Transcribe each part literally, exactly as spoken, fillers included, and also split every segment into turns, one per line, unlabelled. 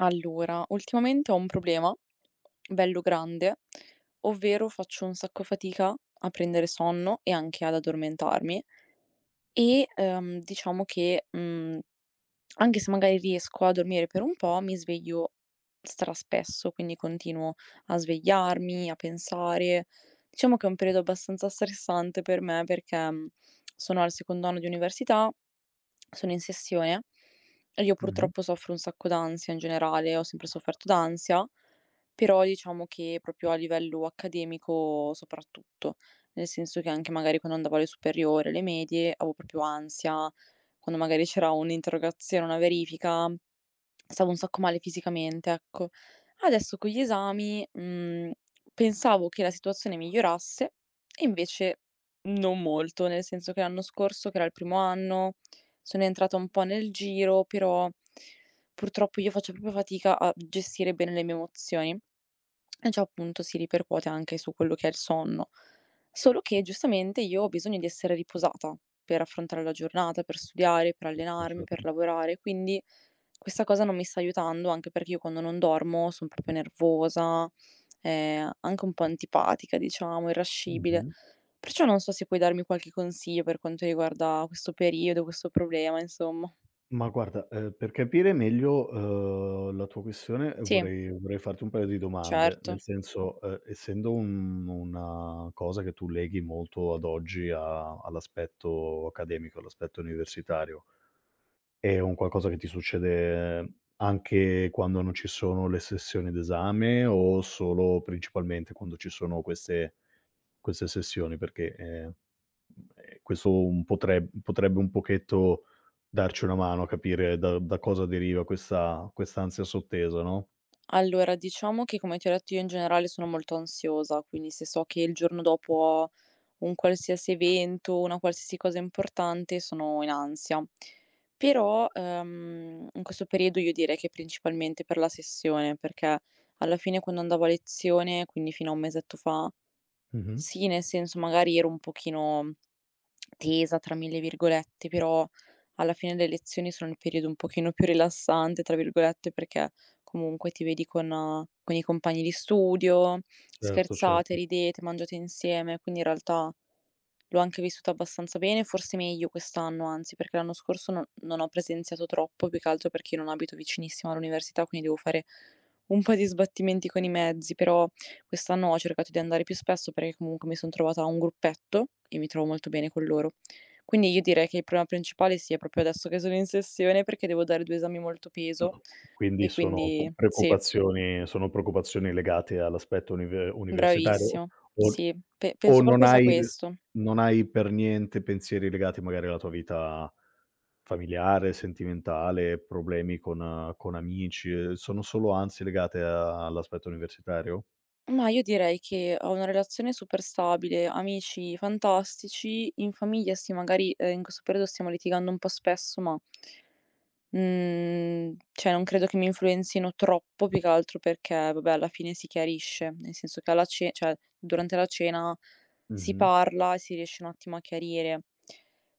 Allora, ultimamente ho un problema bello grande, ovvero faccio un sacco fatica a prendere sonno e anche ad addormentarmi. E, ehm, diciamo che, mhmm, anche se magari riesco a dormire per un po', mi sveglio straspesso, quindi continuo a svegliarmi, a pensare. Diciamo che è un periodo abbastanza stressante per me perché, mhmm, sono al secondo anno di università, sono in sessione e io
Mh-mh.
purtroppo soffro un sacco d'ansia in generale, ho sempre sofferto d'ansia, però diciamo che proprio a livello accademico soprattutto. Nel senso che anche magari quando andavo alle superiori, alle medie, avevo proprio ansia, quando magari c'era un'interrogazione, una verifica, stavo un sacco male fisicamente, ecco. Adesso con gli esami, mhmm, pensavo che la situazione migliorasse e invece non molto, nel senso che l'anno scorso, che era il primo anno, sono entrata un po' nel giro, però purtroppo io faccio proprio fatica a gestire bene le mie emozioni. E ciò appunto si ripercuote anche su quello che è il sonno. Solo che giustamente io ho bisogno di essere riposata per affrontare la giornata, per studiare, per
No,
allenarmi, per
certo.
lavorare, quindi questa cosa non mi sta aiutando, anche perché io quando non dormo sono proprio nervosa, eh, anche un po' antipatica, diciamo, irascibile.
Mh-mh.
Perciò non so se puoi darmi qualche consiglio per quanto riguarda questo periodo, questo problema, insomma.
Ma guarda, ehm, per capire meglio, uhm, la tua questione eh,
Sì,
vorrei vorrei farti un paio di domande,
certo.
nel senso, ehm, essendo un una cosa che tu leghi molto ad oggi a all'aspetto accademico, all'aspetto universitario, è un qualcosa che ti succede anche quando non ci sono le sessioni d'esame o solo principalmente quando ci sono queste Queste sessioni? Perché, ehm, ehm, questo un potre potrebbe un pochetto darci una mano a capire da da cosa deriva questa quest'ansia sottesa, no?
Allora, diciamo che come ti ho detto io in generale sono molto ansiosa, quindi se so che il giorno dopo ho un qualsiasi evento, una qualsiasi cosa importante, sono in ansia. Però ehm, in questo periodo io direi che principalmente per la sessione, perché alla fine quando andavo a lezione, quindi fino a un mesetto fa,
Mh-mh.
sì, nel senso magari ero un pochino Tesa tra mille virgolette, però alla fine le lezioni sono il periodo un pochino più "rilassante" tra virgolette, perché comunque ti vedi con eh, con i compagni di studio,
Certo,
scherzate,
certo.
ridete, mangiate insieme, quindi in realtà L'ho anche vissuta abbastanza bene, forse meglio quest'anno, anzi, perché l'anno scorso non non ho presenziato troppo, più che altro perché io non abito vicinissimo all'università, quindi devo fare un po' di sbattimenti con i mezzi, però quest'anno ho cercato di andare più spesso perché comunque mi son trovata a un gruppetto e mi trovo molto bene con loro. Quindi io direi che il problema principale sia proprio adesso che sono in sessione perché devo dare due esami molto
Ma
peso
quindi
e
sono
quindi
po
sì,
preoccupazioni, sono preoccupazioni legate all'aspetto unive universitario,
bravissimo.
o
Sì, pe
o
penso
non
proprio sia
hai
questo.
non hai per niente pensieri legati magari alla tua vita familiare, sentimentale, problemi con eh, con amici? Ehm, sono solo ansie legate a all'aspetto universitario?
Ma io direi che ho una relazione super stabile, amici fantastici, in famiglia sì, magari, ehm, in questo periodo stiamo litigando un po' spesso, ma, mhmm, cioè non credo che mi influenzino troppo, più che altro perché, vabbè, alla fine si chiarisce, nel senso che alla ce cioè durante la cena si
Mh-mh.
parla e si riesce un attimo a chiarire.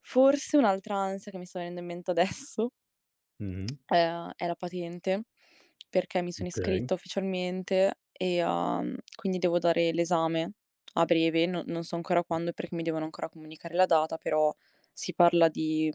Forse un'altra ansia che mi sta venendo in mente adesso.
Mh-mh.
Ehm, era patente, perché mi sono
Okay.
iscritta ufficialmente e, uhm, quindi devo dare l'esame a breve, no non so ancora quando perché mi devono ancora comunicare la data, però si parla di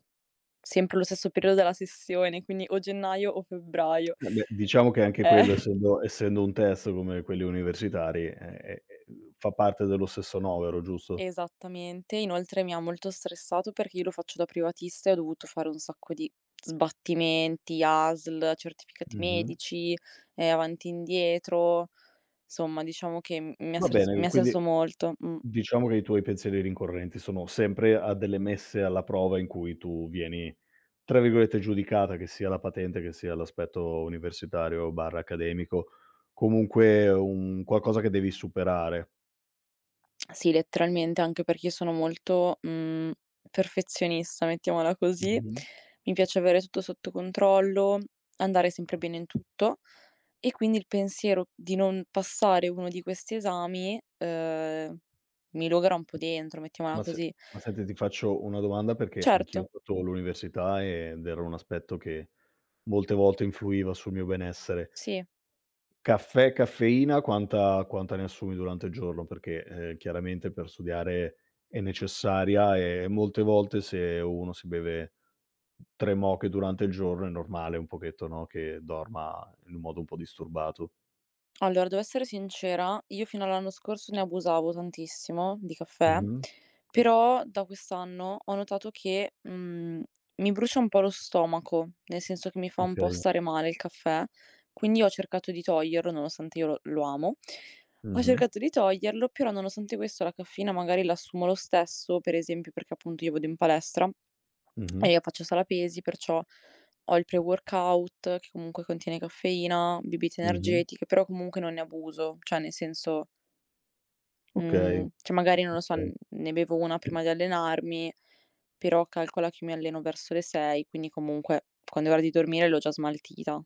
sempre lo stesso periodo della sessione, quindi o gennaio o febbraio.
Eh beh, diciamo che anche
Eh.
quello, essendo essendo un test come quelli universitari, eh, eh, ehm, fa parte dello stesso novero, giusto?
Esattamente. Inoltre mi ha molto stressato perché io lo faccio da privatista e ho dovuto fare un sacco di sbattimenti, A S L, certificati
Mh-mh.
medici, ehm, avanti e indietro. Insomma, diciamo che m mi ha
Va
stres
bene,
mi ha
quindi
stressato molto, mh.
diciamo che i tuoi pensieri rincorrenti sono sempre a delle messe alla prova in cui tu vieni tra virgolette "giudicata", che sia la patente, che sia l'aspetto universitario/accademico, comunque un qualcosa che devi superare.
Sì, letteralmente, anche perché io sono molto, mhmm, perfezionista, mettiamola così.
Mh-mh.
Mi piace avere tutto sotto controllo, andare sempre bene in tutto e quindi il pensiero di non passare uno di questi esami, ehm, mi logora un po' dentro, mettiamola
Ma se
così.
Ma senti, ti faccio una domanda, perché
Certo,
anch'io ho fatto l'università ed era un aspetto che molte volte influiva sul mio benessere.
sì.
Caffè, caffeina, quanta quanta ne assumi durante il giorno? Perché, ehm, chiaramente per studiare è necessaria, e molte volte se uno si beve tre moche durante il giorno è normale un pochetto, no, che dorma in un modo un po' disturbato.
Allora, devo essere sincera, io fino all'anno scorso ne abusavo tantissimo di caffè.
Mh-mh,
Però da quest'anno ho notato che, mhmm, mi brucia un po' lo stomaco, nel senso che mi fa un po'
okay.
stare male il caffè, quindi ho cercato di toglierlo, nonostante io lo lo amo. Ho
Mh-mh,
cercato di toglierlo, però nonostante questo la caffeina magari l'assumo lo stesso, per esempio perché appunto io vado in palestra
mh-mh,
e io faccio sala pesi, perciò ho il pre-workout che comunque contiene caffeina, bibite
mh-mh.
energetiche, però comunque non ne abuso, cioè nel senso.
Okay,
Mhmm, cioè magari non lo so,
okay,
n ne bevo una prima di allenarmi, però calcola che io mi alleno verso le sei, quindi comunque quando è ora di dormire l'ho già smaltita.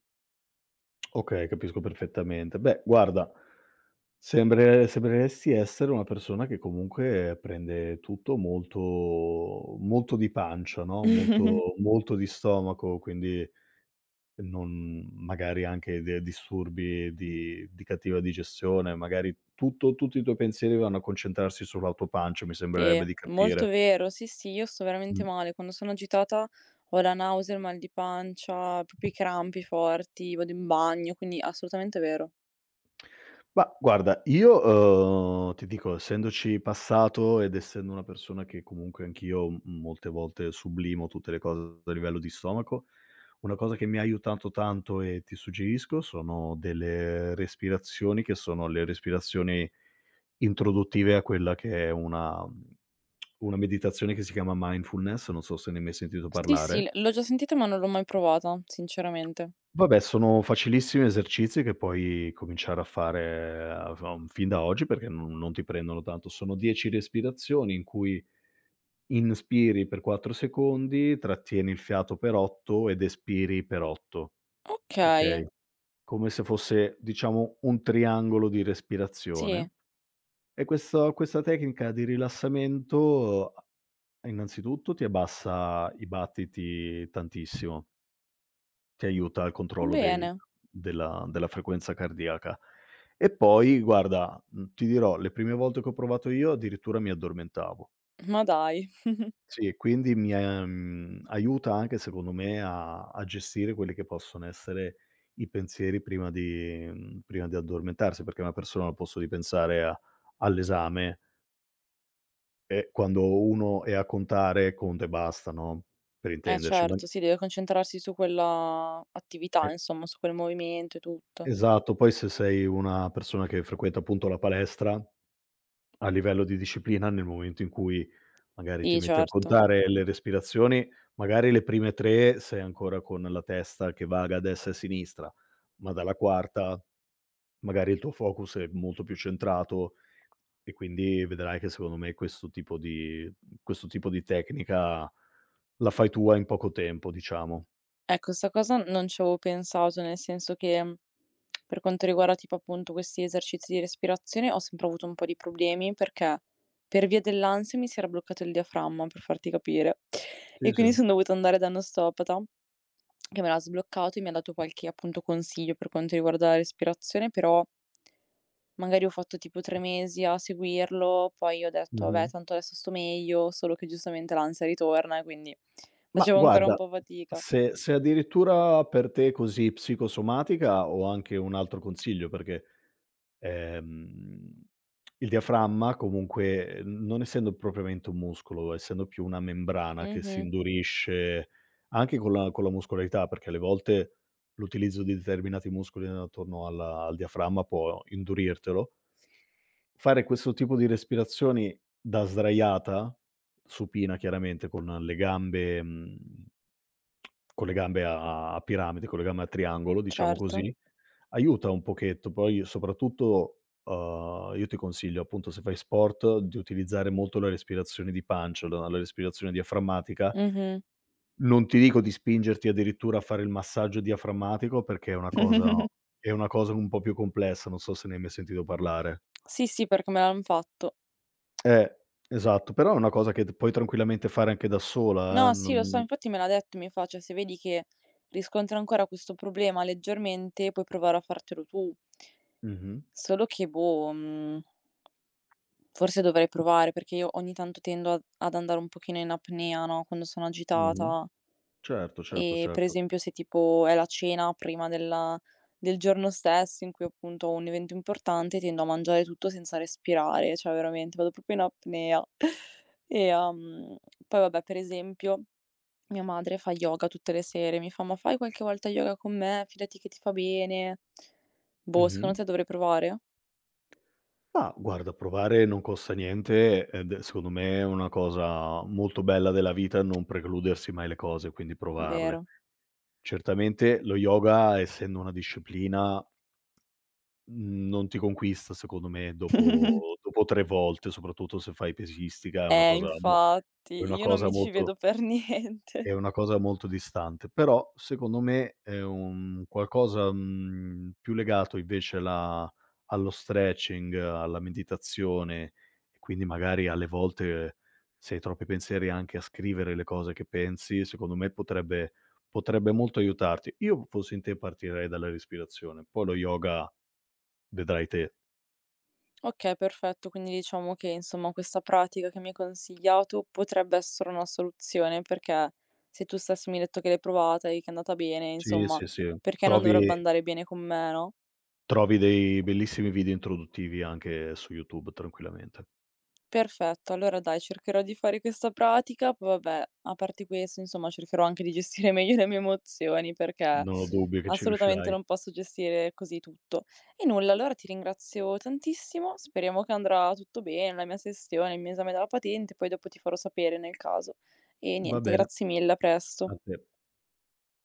okay, capisco perfettamente. Beh, guarda, sembre sembreresti essere una persona che comunque prende tutto molto molto di pancia, no, molto molto di stomaco, quindi non magari anche de disturbi di di cattiva digestione. Magari tutto, tutti i tuoi pensieri vanno a concentrarsi sulla tua pancia, mi
Sì,
sembrerebbe di
molto
capire.
vero, sì, sì, io sto veramente
Mh.
male. Quando sono agitata ho la nausea, il mal di pancia, proprio i crampi forti, vado in bagno, quindi assolutamente vero.
Ma guarda, io, uhm, ti dico, essendoci passato ed essendo una persona che comunque anch'io, mhmm, molte volte sublimo tutte le cose a livello di stomaco, una cosa che mi ha aiutato tanto e ti suggerisco sono delle respirazioni, che sono le respirazioni introduttive a quella che è una mhmm, una meditazione che si chiama mindfulness, non so se ne hai mai sentito
Sì, sì, l
parlare.
l'ho già sentita ma non l'ho mai provata, sinceramente.
Vabbè, sono facilissimi esercizi che puoi cominciare a fare a fa mm, fin da oggi, perché non non ti prendono tanto. Sono dieci respirazioni in cui inspiri per quattro secondi, trattieni il fiato per otto ed espiri per otto,
Okay,
okay, come se fosse, diciamo, un triangolo di
sì,
respirazione. E questo questa tecnica di rilassamento, a innanzitutto ti abbassa i battiti tantissimo. Ti aiuta al controllo dei
bene,
della della frequenza cardiaca. E poi guarda, mhmm, ti dirò, le prime volte che ho provato io addirittura mi addormentavo.
ma dai.
Sì, e quindi mi ha mhmm, aiuta anche secondo me a a gestire quelli che possono essere i pensieri prima di, mhmm, prima di addormentarsi, perché una persona al posto di pensare a all'esame, e quando uno è a contare, conta e basta, no, per
Eh
intenderci, ma
certo, sì, deve concentrarsi su quella attività,
e
insomma, su quel movimento e tutto.
esatto. Poi, se sei una persona che frequenta appunto la palestra, a livello di disciplina, nel momento in cui magari ti
Sì,
metti a
certo.
contare le respirazioni, magari le prime tre sei ancora con la testa che vaga a destra e a sinistra, ma dalla quarta magari il tuo focus è molto più centrato, e quindi vedrai che secondo me questo tipo di questo tipo di tecnica la fai tua in poco tempo, diciamo.
Ecco, sta cosa non ci avevo pensato, nel senso che, mhmm, per quanto riguarda tipo appunto questi esercizi di respirazione, ho sempre avuto un po' di problemi perché per via dell'ansia mi si era bloccato il diaframma, per farti capire, e
Sì, sì.
quindi son dovuta andare da un osteopata che me l'ha sbloccato e mi ha dato qualche appunto consiglio per quanto riguarda la respirazione, però magari ho fatto tipo tre mesi a seguirlo, poi ho detto:
Mh-mh.
"Vabbè, tanto adesso sto meglio", solo che giustamente l'ansia ritorna e quindi
Ma
facevo ancora un
guarda,
po' fatica.
se se addirittura per te è così psicosomatica, ho anche un altro consiglio, perché Ehm, il diaframma comunque, n non essendo propriamente un muscolo, essendo più una membrana che si
Mh-mh.
indurisce anche con la con la muscolarità, perché alle volte l'utilizzo di determinati muscoli attorno alla al diaframma può indurirtelo. Fare questo tipo di respirazioni da sdraiata, supina chiaramente, con le gambe mhmm, con le gambe a a a piramide, con le gambe a triangolo, diciamo
Certo.
così, aiuta un pochetto. Poi soprattutto, uhm, io ti consiglio appunto, se fai sport, di utilizzare molto la respirazione di pancia, la la respirazione diaframmatica.
Mh-mh.
Non ti dico di spingerti addirittura a fare il massaggio diaframmatico, perché è una cosa, è una cosa un po' più complessa, non so se ne hai mai sentito parlare.
Sì, sì, perché me l'han fatto.
Eh, esatto, però è una cosa che t puoi tranquillamente fare anche da sola, eh,
No, sì, lo so,
non
infatti me l'ha detto, mi fa: "Cioè, se vedi che riscontri ancora questo problema leggermente, puoi provare a fartelo tu".
mh-mh,
Solo che, boh, mhmm, forse dovrei provare, perché io ogni tanto tendo ad ad andare un pochino in apnea, no, quando sono
mh-mh.
agitata.
Certo, certo,
E per
certo.
esempio se tipo è la cena prima della del giorno stesso in cui appunto ho un evento importante, tendo a mangiare tutto senza respirare, cioè veramente vado proprio in apnea. E, uhm, poi vabbè per esempio mia madre fa yoga tutte le sere, mi fa: "Ma fai qualche volta yoga con me? Fidati che ti fa bene." Boh, secondo
Mh-mh.
te dovrei provare?
Ma guarda, provare non costa niente ed è, secondo me è una cosa molto bella della vita non precludersi mai le cose, quindi provarle.
Vero.
Certamente lo yoga, essendo una disciplina, mhmm, non ti conquista secondo me dopo dopo tre volte, soprattutto se fai pesistica. È una
Eh
cosa mo
infatti,
è una
io non
cosa
mi ci
molto,
vedo per niente.
è una cosa molto distante, però secondo me è un qualcosa, mhmm, più legato invece alla allo stretching, alla meditazione, e quindi magari alle volte, se hai troppi pensieri, anche a scrivere le cose che pensi, secondo me potrebbe potrebbe molto aiutarti. Io, fossi in te, partirei dalla respirazione, poi lo yoga vedrai te.
Okay, perfetto. Quindi diciamo che, insomma, questa pratica che mi hai consigliato potrebbe essere una soluzione, perché se tu stesso mi hai detto che l'hai provata e che è andata bene,
Sì,
insomma,
sì, sì.
perché non dovrebbe
Trovi
andare bene con me, no?
trovi dei bellissimi video introduttivi anche su YouTube tranquillamente.
Perfetto, allora dai, cercherò di fare questa pratica, poi vabbè, a parte questo, insomma, cercherò anche di gestire meglio le mie emozioni perché
Non ho dubbio che ci
assolutamente
riuscirai.
non posso gestire così tutto. E nulla, allora ti ringrazio tantissimo, speriamo che andrà tutto bene, la mia sessione, il mio esame della patente, poi dopo ti farò sapere nel caso. E
Va
niente,
bene,
grazie mille, a presto.
a te.